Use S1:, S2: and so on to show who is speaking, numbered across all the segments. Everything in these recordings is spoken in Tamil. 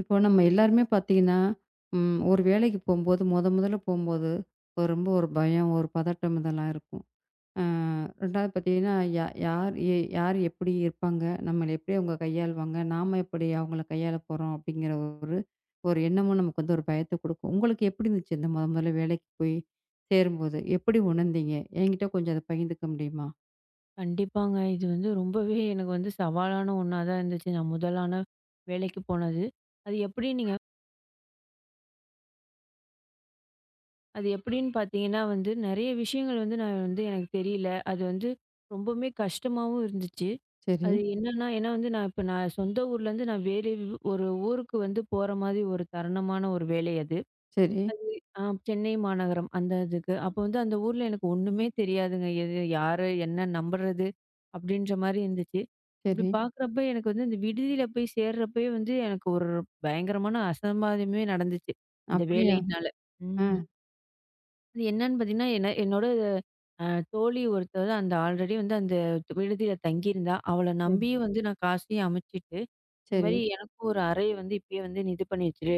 S1: இப்போ நம்ம எல்லாருமே பார்த்தீங்கன்னா, ஒரு வேலைக்கு போம்போது, மொதல்ல போம்போது, ஒரு பயம், ஒரு பதட்டம் இதெல்லாம் இருக்கும். அ 2வது பார்த்தீங்கன்னா, யார் யார் எப்படி இருப்பாங்க? நம்மள எப்படி அவங்க கையாளுவாங்க? நாம எப்படி அவங்கள கையாள போறோம்? அப்படிங்கிற ஒரு ஒரு எண்ணமும் நமக்கு வந்து ஒரு பயத்த குடுக்கும். உங்களுக்கு எப்படி இருந்துச்சு? இந்த மொதல்ல வேலைக்கு போய் சேரும்போது, எப்படி உணர்ந்தீங்க? என்கிட்ட கொஞ்சம் அத பகிர்ந்துக்க முடியுமா?
S2: கண்டிப்பாங்க. இது வந்து ரொம்பவே எனக்கு வந்து சவாலான ஒண்ணா தான் இருந்துச்சு. நான் முதலான வேலைக்கு போனது. அது எப்படி நீங்க அது எப்படின்னு பார்த்தீங்கன்னா வந்து, நெறைய விஷயங்கள் வந்து நான் வந்து எனக்கு தெரியல. அது வந்து ரொம்பவுமே கஷ்டமாவும் இருந்துச்சு.
S1: சரி,
S2: அது என்னன்னா, ஏன்னா வந்து இப்ப நான் சொந்த ஊர்லேருந்து நான் வேறு ஒரு ஊருக்கு வந்து போற மாதிரி ஒரு தருணமான ஒரு வேலை அது.
S1: சரி,
S2: ஆ சென்னை மாநகரம் அந்த இதுக்கு. அப்போ வந்து அந்த ஊர்ல எனக்கு ஒண்ணுமே தெரியாதுங்க. எது யாரு, என்ன நம்புறது? அப்படின்ற மாரி இருந்துச்சு. அப்படி
S1: சரி.
S2: பார்க்குறப்ப எனக்கு வந்து இந்த விடுதியில போய் சேர்றப்பயே வந்து எனக்கு ஒரு பயங்கரமான அசம்பாவிதமே நடந்துச்சு. அந்த
S1: அப்படியா?
S2: வேலையினால.
S1: ஆ.
S2: ம். அது என்னன்னு பார்த்தீங்கன்னா, என்னோட அ தோழி ஒருத்தவ தான் அந்த ஆல்ரெடி வந்து அந்த விடுதியில தங்கியிருந்தா. அவள
S1: சரி,
S2: நம்பி வந்து நான் காசையும் அமுச்சுட்டு, இந்த
S1: சரி,
S2: மாரி. எனக்கும் ஒரு அறைய வந்து இப்பயே வந்து நீ இது பண்ணி வச்சுரு.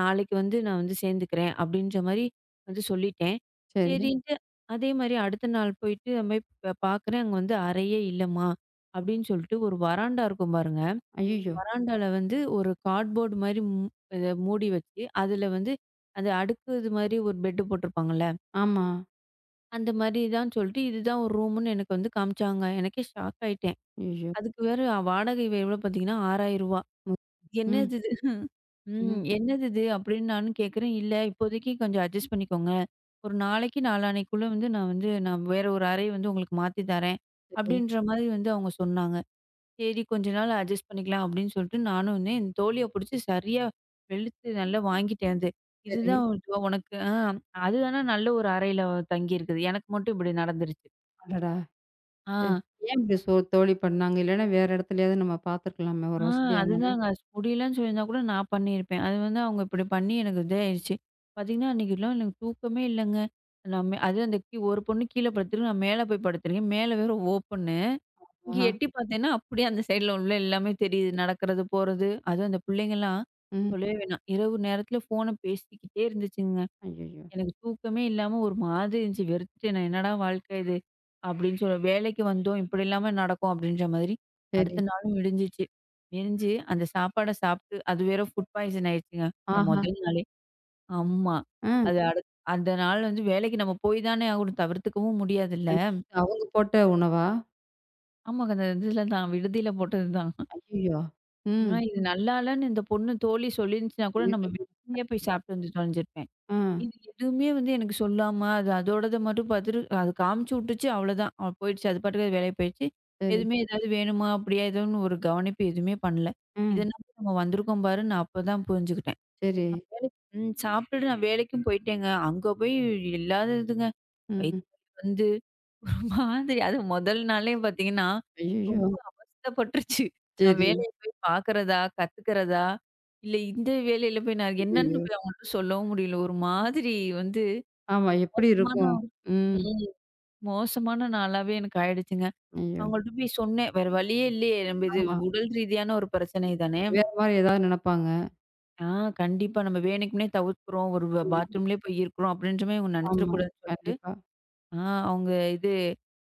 S2: நாளைக்கு வந்து நான் வந்து சேர்ந்துக்கிறேன் அப்படின்ற மாரி வந்து சொல்லிட்டேன்.
S1: சரி.
S2: சரின்ட்டு அதே மாரி அடுத்த நாள் போயிட்டு அந்த மாரி பார்க்குறேன், அங்க வந்து அறையே இல்லம்மா அப்படின்னு சொல்லிட்டு ஒரு வராண்டா இருக்கும் பாருங்க.
S1: அய்யய்யோ!
S2: வராண்டால வந்து ஒரு கார்ட்போர்ட் மாரி இத மூடி வச்சு, அதில வந்து அது அடுக்கு இது மாரி ஒரு பெட்டு போட்டிருப்பாங்கல்ல.
S1: ஆமா.
S2: அந்த மாதிரி தான் சொல்லிட்டு இதுதான் ஒரு ரூம்ன்னு எனக்கு வந்து காமிச்சாங்க. எனக்கே ஷாக் ஆயிட்டேன்.
S1: ஐயய்யோ!
S2: அதுக்கு வேற வாடகை எவ்வளோ பார்த்தீங்கன்னா, ரூ. 6,000.
S1: ம். ம்.
S2: என்னது இது?
S1: ம்ஹ்ம்.
S2: ம். என்னது இது? அப்படின்னு நானும் கேட்குறேன். இல்ல இப்போதைக்கு கொஞ்சம் அட்ஜஸ்ட் பண்ணிக்கோங்க. ஒரு நாளைக்கு நாளான்னைக்குள்ள வந்து நான் வந்து நான் வேற ஒரு அறை வந்து உங்களுக்கு மாத்தி தரேன்.
S1: சரி,
S2: அப்படின்ற மாதிரி வந்து அவங்க சொன்னாங்க. சரி, கொஞ்ச நாள் அட்ஜஸ்ட் பண்ணிக்கலாம் அப்படின்னு சொல்லிட்டு நானும் வந்து என் தோழிய புடிச்சு சரியா வெளுத்து நல்லா வாங்கிட்டேன் அது.
S1: சரி.
S2: இதுதான் உனக்கு. அது ஆனா நல்ல ஒரு அறையில தங்கியிருக்குது. எனக்கு மட்டும் இப்படி நடந்துருச்சு.
S1: அடடா!
S2: ஆ,
S1: அ. ஏன் இப்படி தோழி பண்ணாங்க? இல்லன்னா வேற இடத்துலயாவது நம்ம பார்த்துருக்கலாமே! ஒரு
S2: ஆ
S1: வசதியானது.
S2: அதுதாங்க. முடியலன்னு சொல்லியிருந்தா கூட நான் பண்ணியிருப்பேன். அது வந்து அவங்க இப்படி பண்ணி எனக்கு இதாயிருச்சு. பார்த்தீங்கன்னா, அன்னைக்குலாம் எனக்கு தூக்கமே இல்லங்க. நான் மே அது அந்த கீ ஒரு பொண்ணு கீழ படுத்துருக்கு. நான் மேல போய் படுத்துருக்கேன். மேல வேற ஓப்பன்னு. இங்க
S1: ஆஹா!
S2: எட்டி பார்த்தேன்னா, அப்படியே அந்த சைடுல உள்ள எல்லாமே தெரியுது. நடக்கிறது, போறது. அதுவும் அந்த பிள்ளைங்கலாம்
S1: ம்.
S2: சொல்லவே வேணாம். இரவு நேரத்தில ஃபோன பேசிக்கிட்டே இருந்துச்சுங்க.
S1: ஐயய்யோ!
S2: எனக்கு தூக்கமே இல்லாம ஒரு மாதிரி இருந்துச்சு. வெறுத்துட்டேன் நான். என்னடா வாழ்க்கை இது? அப்படின்னு சொல்லி வேலைக்கு வந்தோம். இப்படிலாமா நடக்கும் அப்படின்ற மாதிரி.
S1: சரி.
S2: அடுத்த நாளும் விடிஞ்சிச்சு. விடிஞ்சு அந்த சாப்பாட சாப்பிட்டு அது வேற ஃபுட் பாய்சன் ஆயிடுச்சுங்க. இந்த
S1: ஆஹா!
S2: முதல் நாளே. ஆமா.
S1: ம்.
S2: அது அடுத் அந்த நாள் வந்து வேலைக்கு நம்ம போய் தானே ஆகணும். தவிர்த்துக்கவும் முடியாதுல்ல.
S1: கண் அவங்க போட்ட உணவா?
S2: ஆமாங்க. அந்த இதுல தான் விடுதியில போட்டது தான்.
S1: ஐயய்யோ! ம்.
S2: ஆனா இது நல்லா இல்லன்னு இந்த பொண்ணு தோழி சொல்லியிருந்துச்சுன்னா கூட நம்ம வெளியே போய் சாப்பிட்டு வந்து தொலைஞ்சிருப்பேன்.
S1: ஆ.
S2: இது எதுவுமே வந்து எனக்கு சொல்லாம, அது அதோடத மட்டும் பாத்துட்டு, அது காமிச்சு விட்டுச்சு அவ்வளோதான். அவ போயிடுச்சு. அது பாட்டுக்கு அது வேலைய போயிடுச்சு.
S1: சரி.
S2: எதுவுமே ஏதாவது வேணுமா? அப்படியா? ஏதோன்னு ஒரு கவனிப்பு எதுவுமே பண்ணல. இத
S1: ம்.
S2: நம்பி நம்ம வந்திருக்கோம் பாரு, நான் அப்பதான் புரிஞ்சுக்கிட்டேன்.
S1: சரி.
S2: சாப்பிட்டுட்டு நான் வேலைக்கும் போயிட்டேங்க. அங்க போய் இல்லாததுங்க.
S1: ம்.
S2: வயித்து வலி வந்து ஒரு மாதிரி அது முதல் நாளே பாத்தீங்கன்னா, ரொம்ப
S1: ஐயய்யோ!
S2: அவஸ்தைப்பட்டுருச்சு. நான்
S1: சரி.
S2: வேலைய போய் பாக்குறதா? கத்துக்கிறதா? இல்ல இந்த வேலையில போய் நான் என்னன்னு
S1: ஐயய்யோ!
S2: போய் அவங்கள்ட்ட சொல்லவும் முடியல. ஒரு மாதிரி வந்து
S1: ஆமா. எப்படி
S2: மோசமான
S1: இருக்கும்?
S2: ஒரு
S1: ம்.
S2: ம். மோசமான நாளாவே எனக்கு ஆயிடுச்சுங்க.
S1: ஐயோ!
S2: அவங்கள்ட்ட போய் சொன்னேன். வேற வழியே இல்லையே. நம்ம இது
S1: ஆமா.
S2: உடல் ரீதியான ஒரு பிரச்சனை தானே.
S1: வேற மாரி ஏதாவது நினைப்பாங்க.
S2: ஆ கண்டிப்பா நம்ம வேணுக்குன்னே தவிர்க்கிறோம். ஒரு
S1: ஆமா,
S2: பாத்ரூம்லேயே போய் இருக்கிறோம் அப்படின்ற மாரி இவங்க
S1: ஆமா.
S2: நினச்சிடக்கூடாதுன்னு சொல்லிட்டு,
S1: கண்டிப்பா.
S2: ஆ அவங்க இது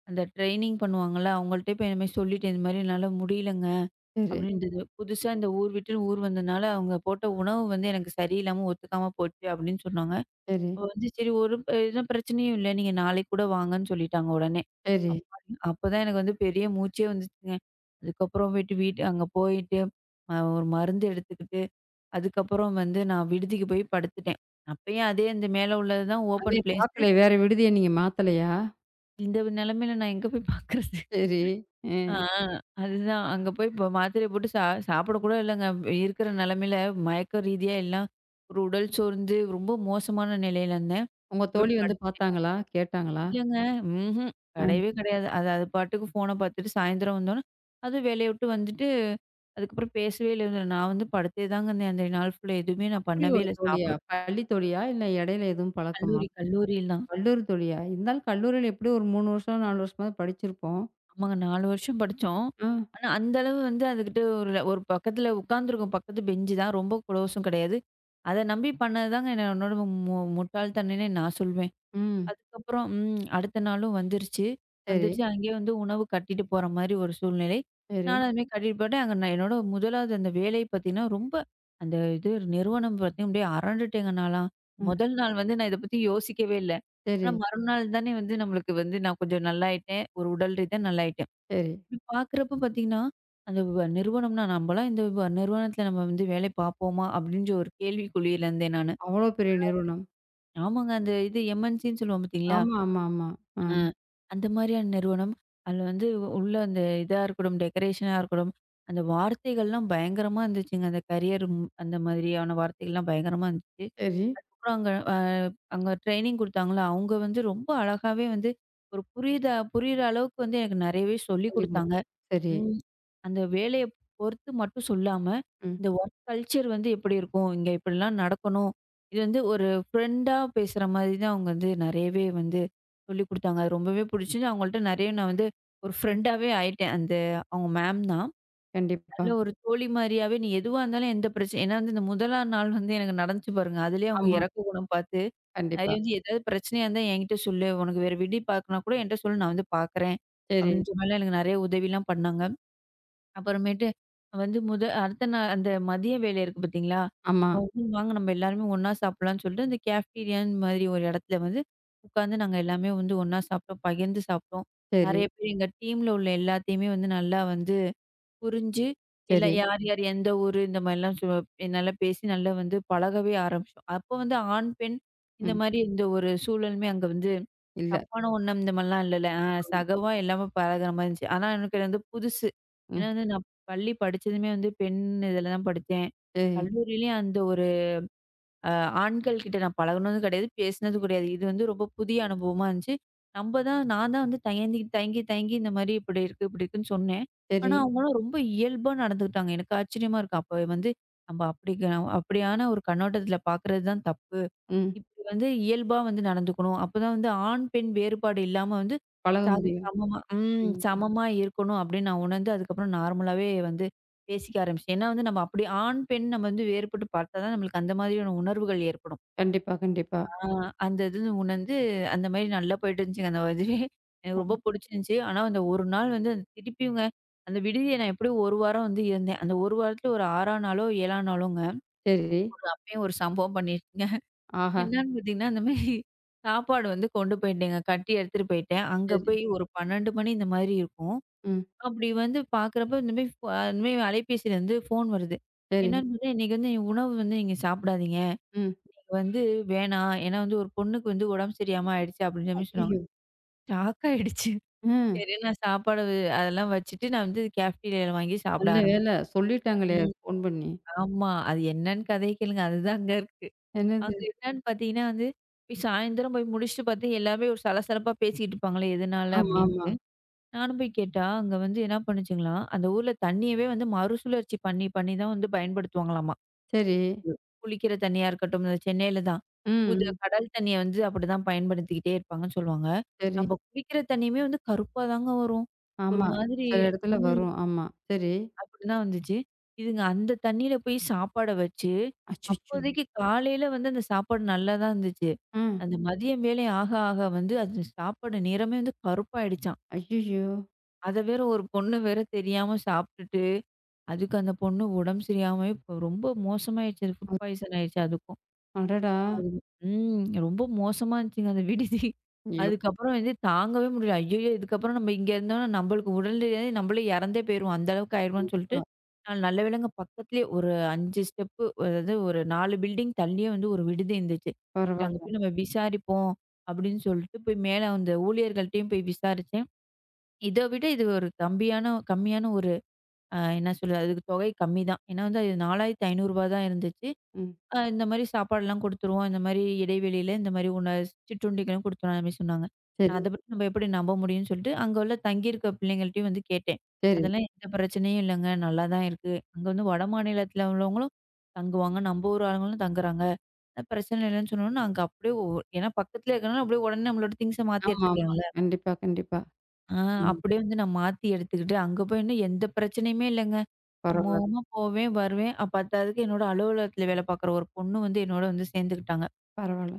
S2: அந்த ட்ரெய்னிங் பண்ணுவாங்கல்ல, அவங்கள்ட்ட போய் இந்த மாரி சொல்லிட்டேன். இந்த மாரி என்னால முடியலங்க
S1: சரி,
S2: அப்படின்றது. புதுசா இந்த ஊர் விட்டு ஊர் வந்தனால அவங்க போட்ட உணவு வந்து எனக்கு சரியில்லாம ஒத்துக்காம போச்சு அப்படின்னு சொன்னாங்க.
S1: சரி,
S2: ஓ! வந்து சரி, எந்த பிரச்சனையும் இல்ல. நீங்க நாளைக்கு கூட வாங்கன்னு சொல்லிட்டாங்க உடனே.
S1: சரி.
S2: அப்ப அப்பதான் எனக்கு வந்து பெரிய மூச்சே வந்துச்சுங்க. அதுக்கப்புறம் போயிட்டு வீட்டு அங்க போயிட்டு, ஒரு மருந்து எடுத்துக்கிட்டு, அதுக்கப்புறம் வந்து நான் விடுதிக்கு போய் படுத்துட்டேன். அப்பயும் அதே இந்த மேல உள்ளது தான்
S1: அதே
S2: ஓப்பன் பிளேஸ்.
S1: பார்க்கலையா? வேற விடுதிய நீங்க மாத்தலையா?
S2: இந்த நிலைமையில நான் எங்க போய் பார்க்கறது?
S1: சரி. அ.
S2: ஆ அதுதான். அங்க போய் இப்ப மாத்திரைய போட்டு சாப்பிட கூட இல்லங்க. இருக்கிற நிலைமையில மயக்க ரீதியா எல்லாம் ஒரு உடல் சோர்ந்து ரொம்ப மோசமான நிலையில இருந்தேன்.
S1: உங்க
S2: போய்
S1: தோழி வந்து
S2: படுத்துட்டேன்.
S1: பார்த்தாங்களா? கேட்டாங்களா?
S2: இல்லங்க. ம்ஹ்ம்.
S1: அ.
S2: கிடையவே கிடையாது. அது அது பாட்டுக்கு ஃபோன பார்த்துட்டு சாயந்தரம் வந்தோனே, அதுவும் வேலைய விட்டு வந்துட்டு, அதுக்கப்புறம் பேசவே இல்ல. நான் வந்து படுத்தே தாங்க இருந்தேன். அந்த நாள் ஃபுல்லா எதுவுமே நான்
S1: அப்படி
S2: பண்ணவே
S1: ஒரு
S2: இல்ல.
S1: தோழியா?
S2: சாப்பிடும்.
S1: பள்ளி தோழியா? இல்ல இடையில எதுவும் பழக்கமா?
S2: கல்லூரிலாம்.
S1: கல்லூரி தோழியா? இருந்தாலும் கல்லூரியில எப்படியும் ஒரு 3 வருஷம், 4 வருஷமாவது படிச்சிருப்போம்.
S2: ஆமாங்க, 4 வருஷம் படிச்சோம்.
S1: ஆ.
S2: ஆனா, அந்த அளவு வந்து அதுகிட்ட ஒரு ஒரு பக்கத்துல உட்காந்துருக்கோம். பக்கத்து பெஞ்சு தான். ரொம்ப குளோஸும் கிடையாது. அத நம்பி பண்ணது தாங்க என்னோட முட்டாள்தனம்னே நான் சொல்வேன்.
S1: ம்.
S2: அதுக்கப்புறம், அடுத்த நாளும் வந்துருச்சு.
S1: சரி,
S2: வந்துருச்சு அங்கேயே வந்து உணவு கட்டிட்டு போற மாரி ஒரு சூழ்நிலை.
S1: சரி.
S2: நானும் அதுமாரி கட்டிட்டு போயிட்டேன். அங்க நான் என்னோட முதலாவது அந்த வேலை பார்த்தீங்கன்னா, ரொம்ப அந்த இது நிறுவனம் பார்த்தீங்கன்னா, அப்படியே அரண்டுட்டேங்க நான்லாம்.
S1: அ.
S2: முதல் நாள் வந்து நான் இத பத்தி யோசிக்கவே இல்ல.
S1: சரி,
S2: ஆனா மறுநாள் தானே வந்து நம்மளுக்கு வந்து நான் கொஞ்சம் நல்லாயிட்டேன். ஒரு உடல் ரீதியா நல்லாயிட்டேன்.
S1: சரி.
S2: இப்படி பார்க்குறப்ப பார்த்தீங்கன்னா, அந்த நிறுவனம்னா, "நம்பலாம் இந்த நிறுவனத்தில நம்ம வந்து வேலை பார்ப்போமா?" அப்படின்ற ஒரு கேள்விக்குழியில இருந்தேன் நானு.
S1: அவ்வளோ பெரிய நிறுவனம்.
S2: ஆமாங்க. அந்த இது எம்என்சின்னு சொல்லுவோம் பார்த்தீங்களா?
S1: ஆமா, ஆமா, ஆமா. ஆ.
S2: ஆ. அந்த மாரியான நிறுவனம். அதுல வந்து உள்ள அந்த இதா இருக்கட்டும், டெக்கரேஷனா இருக்கட்டும், அந்த வார்த்தைகள்லாம் பயங்கரமா இருந்துச்சுங்க. அந்த கரியர் அந்த மாதிரியான வார்த்தைகள்லாம் பயங்கரமா இருந்துச்சு.
S1: சரி.
S2: அப்புறம் அங்க ட்ரெய்னிங் குடுத்தாங்கல்ல, அவங்க வந்து ரொம்ப அழகாவே வந்து ஒரு புரியுதா புரியிற அளவுக்கு வந்து எனக்கு நெறையவே சொல்லிக்
S1: சொல்லிக்
S2: குடுத்தாங்க.
S1: குடுத்தா. சரி.
S2: ம். அந்த வேலைய பொறுத்து மட்டும் சொல்லாம,
S1: ம்.
S2: இந்த ஒர்க் கல்ச்சர் வந்து எப்படி இருக்கும்? இங்க இப்படிலாம் நடக்கணும். இது வந்து ஒரு ஃப்ரெண்டா பேசுற மாதிரி தான் அவங்க வந்து நெறையவே வந்து சொல்லிக் குடுத்தாங்க. அது ரொம்பவே புடிச்சுது. அவங்கள்ட்ட நெறைய நான் வந்து ஒரு ஃப்ரெண்டாவே ஆயிட்டேன். அந்த அவங்க மேம் தான்.
S1: கண்டிப்பா.
S2: நல்ல ஒரு தோழி மாரியாவே, "நீ எதுவா இருந்தாலும் எந்த பிரச்சனை", ஏன்னா வந்து இந்த முதலாம் நாள் வந்து எனக்கு நடந்துச்சு பாருங்க, அதுலயே அவங்க
S1: ஆமா.
S2: இறக்க குணம் பார்த்து,
S1: கண்டிப்பா.
S2: நெறைய வந்து, "ஏதாவது பிரச்சனையா இருந்தா என்கிட்ட சொல்லு. உனக்கு வேற விடி பார்க்கனா கூட என்ட்ட சொல்லு. நான் வந்து பார்க்குறேன்."
S1: சரி.
S2: அப்படின்ற மாரிலாம் எனக்கு நெறைய உதவிலாம் பண்ணாங்க. அப்புறமேட்டு வந்து அடுத்த நாள் அந்த மதிய வேலை இருக்கு பார்த்தீங்களா?
S1: ஆமா.
S2: அவ வந்து, வாங்க நம்ம எல்லாருமே ஒண்ணா சாப்பிடலாம்ன்னு சொல்லிட்டு, அந்த கேஃப்டீரியான்னு மாதிரி ஒரு இடத்துல வந்து உட்காந்து நாங்க எல்லாமே வந்து ஒண்ணா சாப்பிட்டோம். பகிர்ந்து சாப்பிட்டோம்.
S1: சரி,
S2: நெறைய பேர் எங்க டீம்ல உள்ள எல்லாத்தையுமே வந்து நல்லா வந்து புரிஞ்சு, எல்லாம்
S1: சரி.
S2: யார், யார் எந்த ஊரு இந்த மாரிலாம் நல்லா பேசி நல்லா வந்து பழகவே ஆரம்பிச்சோம். அப்போ வந்து ஆண், பெண் இந்த
S1: ம்.
S2: மாரி இந்த ஒரு சூழலுமே அங்க வந்து
S1: இல்ல.
S2: தப்பான ஒண்ணம் இந்த மாரிலாம் இல்லல.
S1: ஆமா.
S2: சகவா எல்லாமே பழகுற மாரி இருந்துச்சு. ஆனா எனக்கு இது வந்து புதுசு. ஏன்னா
S1: ம்.
S2: வந்து நான் பள்ளி படிச்சதுமே வந்து பெண் இதுல தான் படிச்சேன்.
S1: சரி.
S2: கல்லூரியிலயும் அந்த ஒரு அ ஆண்கள் கிட்ட நான் பழகுனதும் கிடையாது, பேசினதும் கிடையாது. இது வந்து ரொம்ப புதிய அனுபவமா இருந்துச்சு. நம்ப தான் நான் தான் வந்து தயங்கி தயங்கி தயங்கி இந்த மாரி இப்படி இருக்கு, இப்படி இருக்குன்னு சொன்னேன்.
S1: சரி.
S2: ஆனா, அவங்கலாம் ரொம்ப இயல்பா நடந்துக்கிட்டாங்க. எனக்கு ஆச்சரியமா இருக்கு. அப்ப வந்து நம்ம அப்படி அப்படியான ஒரு கண்ணோட்டத்தில பார்க்குறது தான் தப்பு.
S1: ம்.
S2: இப்படி வந்து இயல்பா வந்து நடந்துக்கணும். அப்பதான் வந்து ஆண், பெண் வேறுபாடு இல்லாம வந்து
S1: பழக
S2: சாதி
S1: முடியும்.
S2: சமமா ம்
S1: ம்.
S2: சமமா இருக்கணும் அப்படின்னு நான் உணர்ந்து, அதுக்கப்புறம் நார்மலாவே வந்து பேசிக்க ஆரம்பிச்சேன். ஏன்னா வந்து நம்ம அப்படி ஆண், பெண் நம்ம வந்து வேறுபட்டு பார்த்தா தான் நம்மளுக்கு அந்த மாதிரியான உணர்வுகள் ஏற்படும்.
S1: கண்டிப்பா, கண்டிப்பா.
S2: ஆ அந்த இது உணர்ந்து அந்த மாரி நல்லா போயிட்டு இருந்துச்சுங்க அந்த இதுவே. எனக்கு ரொம்ப
S1: ம்.
S2: புடிச்சிருந்துச்சு. ஆனா அந்த ஒரு நாள் வந்து திருப்பியுங்க அந்த விடுதிய நான் எப்படியும் 1 வாரம் வந்து இருந்தேன். அந்த 1 வாரத்துல ஒரு 6ஆம் நாளோ, 7ஆம் நாளோங்க
S1: சரி.
S2: அப்பயும் ஒரு சம்பவம் பண்ணிருச்சுங்க.
S1: ஆஹா!
S2: என்னான்னு பார்த்தீங்கன்னா, அந்த மாரி சாப்பாடு வந்து கொண்டு போயிட்டேங்க. கட்டி எடுத்துட்டு போயிட்டேன். அங்க
S1: சரி.
S2: போய் ஒரு 12 மணி இந்த மாதிரி இருக்கும்.
S1: ம்.
S2: அப்படி வந்து பார்க்குறப்ப இந்த மாரி அலைபேசியில வந்து ஃபோன் வருது.
S1: சரி.
S2: என்னன்னு பார்த்தா, "இன்னைக்கு வந்து உணவு வந்து நீங்க சாப்பிடாதீங்க.
S1: ம்.
S2: இது வந்து வேணாம். ஏன்னா வந்து ஒரு பொண்ணுக்கு வந்து உடம்பு சரியில்லாம ஆயிடுச்சு" அப்படின்ற மாரி சொன்னாங்க.
S1: ஐயய்யோ!
S2: ஷாக் ஆயிடுச்சு.
S1: ம்.
S2: சரி, நான் சாப்பாடு அதெல்லாம் வச்சுட்டு நான் வந்து கேஃப்டீரியால வாங்கி சாப்பிட
S1: நல்ல
S2: ஆரம்பிச்சேன்.
S1: வேளை சொல்லிட்டாங்களே
S2: ம்.
S1: ஃபோன் பண்ணி.
S2: ஆமா. அது என்னன்னு கதைய கேளுங்க. அதுதான் அங்க இருக்கு.
S1: என்னது?
S2: அது என்னன்னு பார்த்தீங்கன்னா வந்து, போய் சாயந்தரம் போய் முடிச்சுட்டு பார்த்தா, எல்லாருமே ஒரு சலசலப்பா பேசிட்டு இருப்பாங்களே எதனால
S1: ஆமா, ஆமா.
S2: அப்டின்ட்டு. நானும் போய் கேட்டா, அங்க வந்து என்ன பண்ணுச்சுங்களாம், அந்த ஊர்ல தண்ணியவே வந்து மறுசுழற்சி பண்ணி பண்ணி தான் வந்து பயன்படுத்துவாங்களாமா.
S1: சரி.
S2: குளிக்கிற தண்ணியா இருக்கட்டும், இந்த சென்னையில தான்.
S1: ம்,
S2: உது
S1: ம்.
S2: கடல் தண்ணிய வந்து அப்படிதான் பயன்படுத்திக்கிட்டே இருப்பாங்கன்னு சொல்லுவாங்க.
S1: சரி.
S2: நம்ம குளிக்கிற தண்ணியுமே வந்து கருப்பா தாங்க வரும். ஒரு
S1: ஆமா.
S2: மாதிரி
S1: சில இடத்துல
S2: ம்.
S1: வரும். ஆமா. சரி.
S2: அப்படிதான் வந்துச்சு. இதுங்க அந்த தண்ணீல போய் சாப்பாட வச்சு,
S1: அச்சச்சோ!
S2: அப்போதைக்கு காலையில வந்து அந்த சாப்பாடு நல்லா தான் இருந்துச்சு.
S1: ம்.
S2: அந்த மதியம் வேலை ஆக, ஆக வந்து அது சாப்பாடு நிறமே வந்து கருப்பாயிடுச்சாம்.
S1: ஐயய்யோ!
S2: அத வேற ஒரு பொண்ணு வேற தெரியாம சாப்பிட்டுட்டு, அதுக்கு அந்த பொண்ணு உடம்பு சரியில்லாம இப்ப ரொம்ப மோசமாயிடுச்சு. அது
S1: அ
S2: ஃபுட் பாய்சன் ஆயிடுச்சு அதுக்கும்.
S1: அடடா!
S2: அது. ரொம்ப மோசமா இருந்துச்சுங்க அந்த விடுதி.
S1: ஐயோ!
S2: அதுக்கப்புறம் வந்து தாங்கவே முடியல. ஐய்யயோ! இதுக்கப்புறம் நம்ம இங்க இருந்தோம்னா நம்மளுக்கு உடல்நிலை நம்மளே இறந்தே போயிருவோம். அந்த அளவுக்கு ஆயிருவோம்ன்னு சொல்லிட்டு
S1: கண்டிப்பா.
S2: நாள் நல்ல வேளைங்க பக்கத்துலயே ஒரு 5 ஸ்டெப்பு, அதாவது ஒரு 4 பில்டிங் தள்ளியே வந்து ஒரு விடுதி இருந்துச்சு. சரி அங்க
S1: பரவால்ல.
S2: போய் நம்ம விசாரிப்போம் அப்படின்னு சொல்லிட்டு போய் மேல அந்த ஊழியர்கள்ட்டயும் போய் விசாரிச்சேன். இத விட இது ஒரு கம்மியான கம்மியான ஒரு என்ன சொல்றது, அதுக்கு தொகை கம்மி தான். ஏன்னா வந்து அது ரூ. 4,500 தான் இருந்துச்சு.
S1: ம்.
S2: இந்த மாரி சாப்பாடுலாம் குடுத்துருவோம். இந்த மாரி இடைவெளியில இந்த மாரி சிற்றுண்டிகளும் குடுத்துருவோம். அந்த மாரி சொன்னாங்க. நான்
S1: சரி,
S2: அத பத்தி நம்ம எப்படி நம்ப முடியும்னு சொல்லிட்டு, அங்க உள்ள தங்கியிருக்க பிள்ளைங்கள்ட்டயும் வந்து கேட்டேன்.
S1: சரி.
S2: அதெல்லாம் எந்த பிரச்சனையும் இல்லங்க. நல்லா தான் இருக்கு. அங்க வந்து வட மாநிலத்தில உள்ளவங்களும் தங்குவாங்க. நம்ம ஊர் ஆளுங்களும் தங்குறாங்க. பிரச்சனை இல்லைன்னு சொன்னோனே, அங்க அப்படியே ஏன்னா பக்கத்தில இருக்கனால அப்படியே உடனே நம்மளோட திங்ஸ மாத்தி
S1: ஆமா, ஆமா.
S2: எடுத்துக்கலாம்ல.
S1: கண்டிப்பா, கண்டிப்பா.
S2: ஆ
S1: ம்.
S2: அப்படியே வந்து நான் மாத்தி எடுத்துக்கிட்டு, அங்க போய் இன்னும் எந்த பிரச்சனையுமே இல்லங்க.
S1: பரவால்ல,
S2: சுமூகமா போவேன், வருவேன். பத்தாததுக்கு என்னோட அலுவலகத்துல வேலை பார்க்குற ஒரு பொண்ணு வந்து என்னோட வந்து சேர்ந்துக்கிட்டாங்க.
S1: பரவால்ல.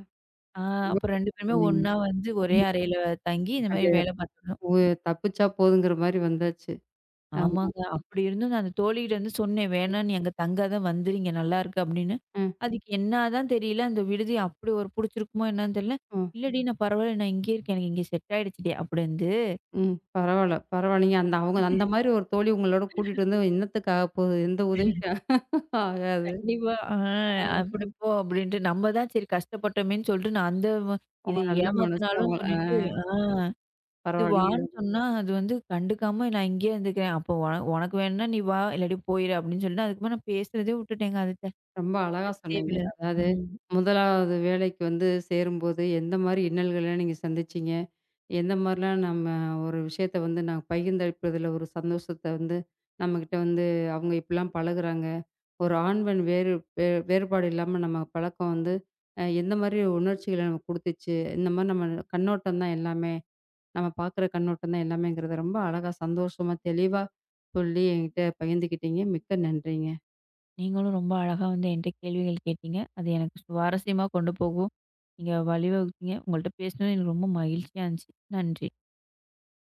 S2: ஆ
S1: ரொம்ப
S2: அப்ப 2 பேருமே
S1: சொன்னீங்க.
S2: ஒண்ணா வந்து ஒரே அறையில தங்கி இந்த மாரி வேலை
S1: அடேயப்பா!
S2: பார்த்துருந்தோம்.
S1: உ தப்பிச்சா போதுங்கிற மாரி வந்தாச்சு. ஆமா.
S2: ஆமாங்க. அப்படி இருந்தும் நான் அந்த தோழிகிட்ட வந்து சொன்னேன், "வேணான்னு எங்க தங்காத வந்துரு, இங்க நல்லாருக்கு" அப்படின்னு.
S1: அ,
S2: அதுக்கு என்னாதான் தெரியல, அந்த விடுதி அப்படி ஒரு புடிச்சிருக்குமோ என்னன்னு தெரியல.
S1: ம்,
S2: "இல்லடி நான் பரவாயில்ல, நான் இங்கேயே இருக்கேன். எனக்கு இங்க செட் ஆயிடுச்சுடி" அப்படின்து.
S1: ம். பரவால்ல, பரவாயில்லங்க. அந்த அவங்க அந்த மாரி ஒரு தோழி உங்களோட கூட்டிட்டு வந்து என்னத்துக்கு ஆகப்போகுது? எந்த உதவிக்கும் ஆகாது.
S2: கண்டிப்பா. அப்படி போ அப்படின்ட்டு. நம்ம தான் சரி கஷ்டப்பட்டோமேன்னு சொல்லிட்டு நான் அந்த
S1: உங்க
S2: இது
S1: நல்ல மனசு
S2: ஏமாத்துனாலும்
S1: அவங்கள அ
S2: சொல்லிட்டு. ஆ. இது வான்னு
S1: பரவாயில்லங்க.
S2: சொன்னா, அது வந்து கண்டுக்காம நான் இங்கேயே இருந்துக்கிறேன். அப்போ உனக்கு வேணும்னா நீ வா, இல்லாட்டி போயிரு அப்படின்னு சொல்லிட்டு, அதுக்கப்புறம் நான் பேசுறதே விட்டுட்டேங்க. அது
S1: ரொம்ப அழகா சொன்னீங்க.
S2: தேவையில்லாத
S1: அதாவது,
S2: ம்.
S1: முதலாவது வேலைக்கு வந்து சேரும்போது எந்த மாரி இன்னல்கள நீங்க சந்திச்சீங்க? எந்த மாரிலாம் நம்ம ஒரு விஷயத்த வந்து நான் பகிர்ந்தளிப்பதில ஒரு சந்தோஷத்த வந்து நம்மகிட்ட வந்து அவங்க இப்படிலாம் பழகுறாங்க. ஒரு ஆண், பெண் வேறுபாடு இல்லாம நம்ம பழக்கம் வந்து, அ எந்த மாரி உணர்ச்சிகள நமக்கு குடுத்துச்சு? இந்த மாரி நம்ம கண்ணோட்டம் தான் எல்லாமே. நம்ம பார்க்குற கண்ணோட்டம் தான் எல்லாமேங்கிறத ரொம்ப அழகா, சந்தோஷமா, தெளிவா சொல்லி என்கிட்ட பகிர்ந்துக்கிட்டீங்க. மிக்க நன்றிங்க.
S2: நீங்களும் ரொம்ப அழகா வந்து என்கிட்ட கேள்விகள் கேட்டீங்க. அது எனக்கு சுவாரஸ்யமா கொண்டு போகும். நீங்க வழிவகுத்தீங்க. உங்கள்ட்ட பேசினது எனக்கு ரொம்ப மகிழ்ச்சியா இருந்துச்சு. நன்றி.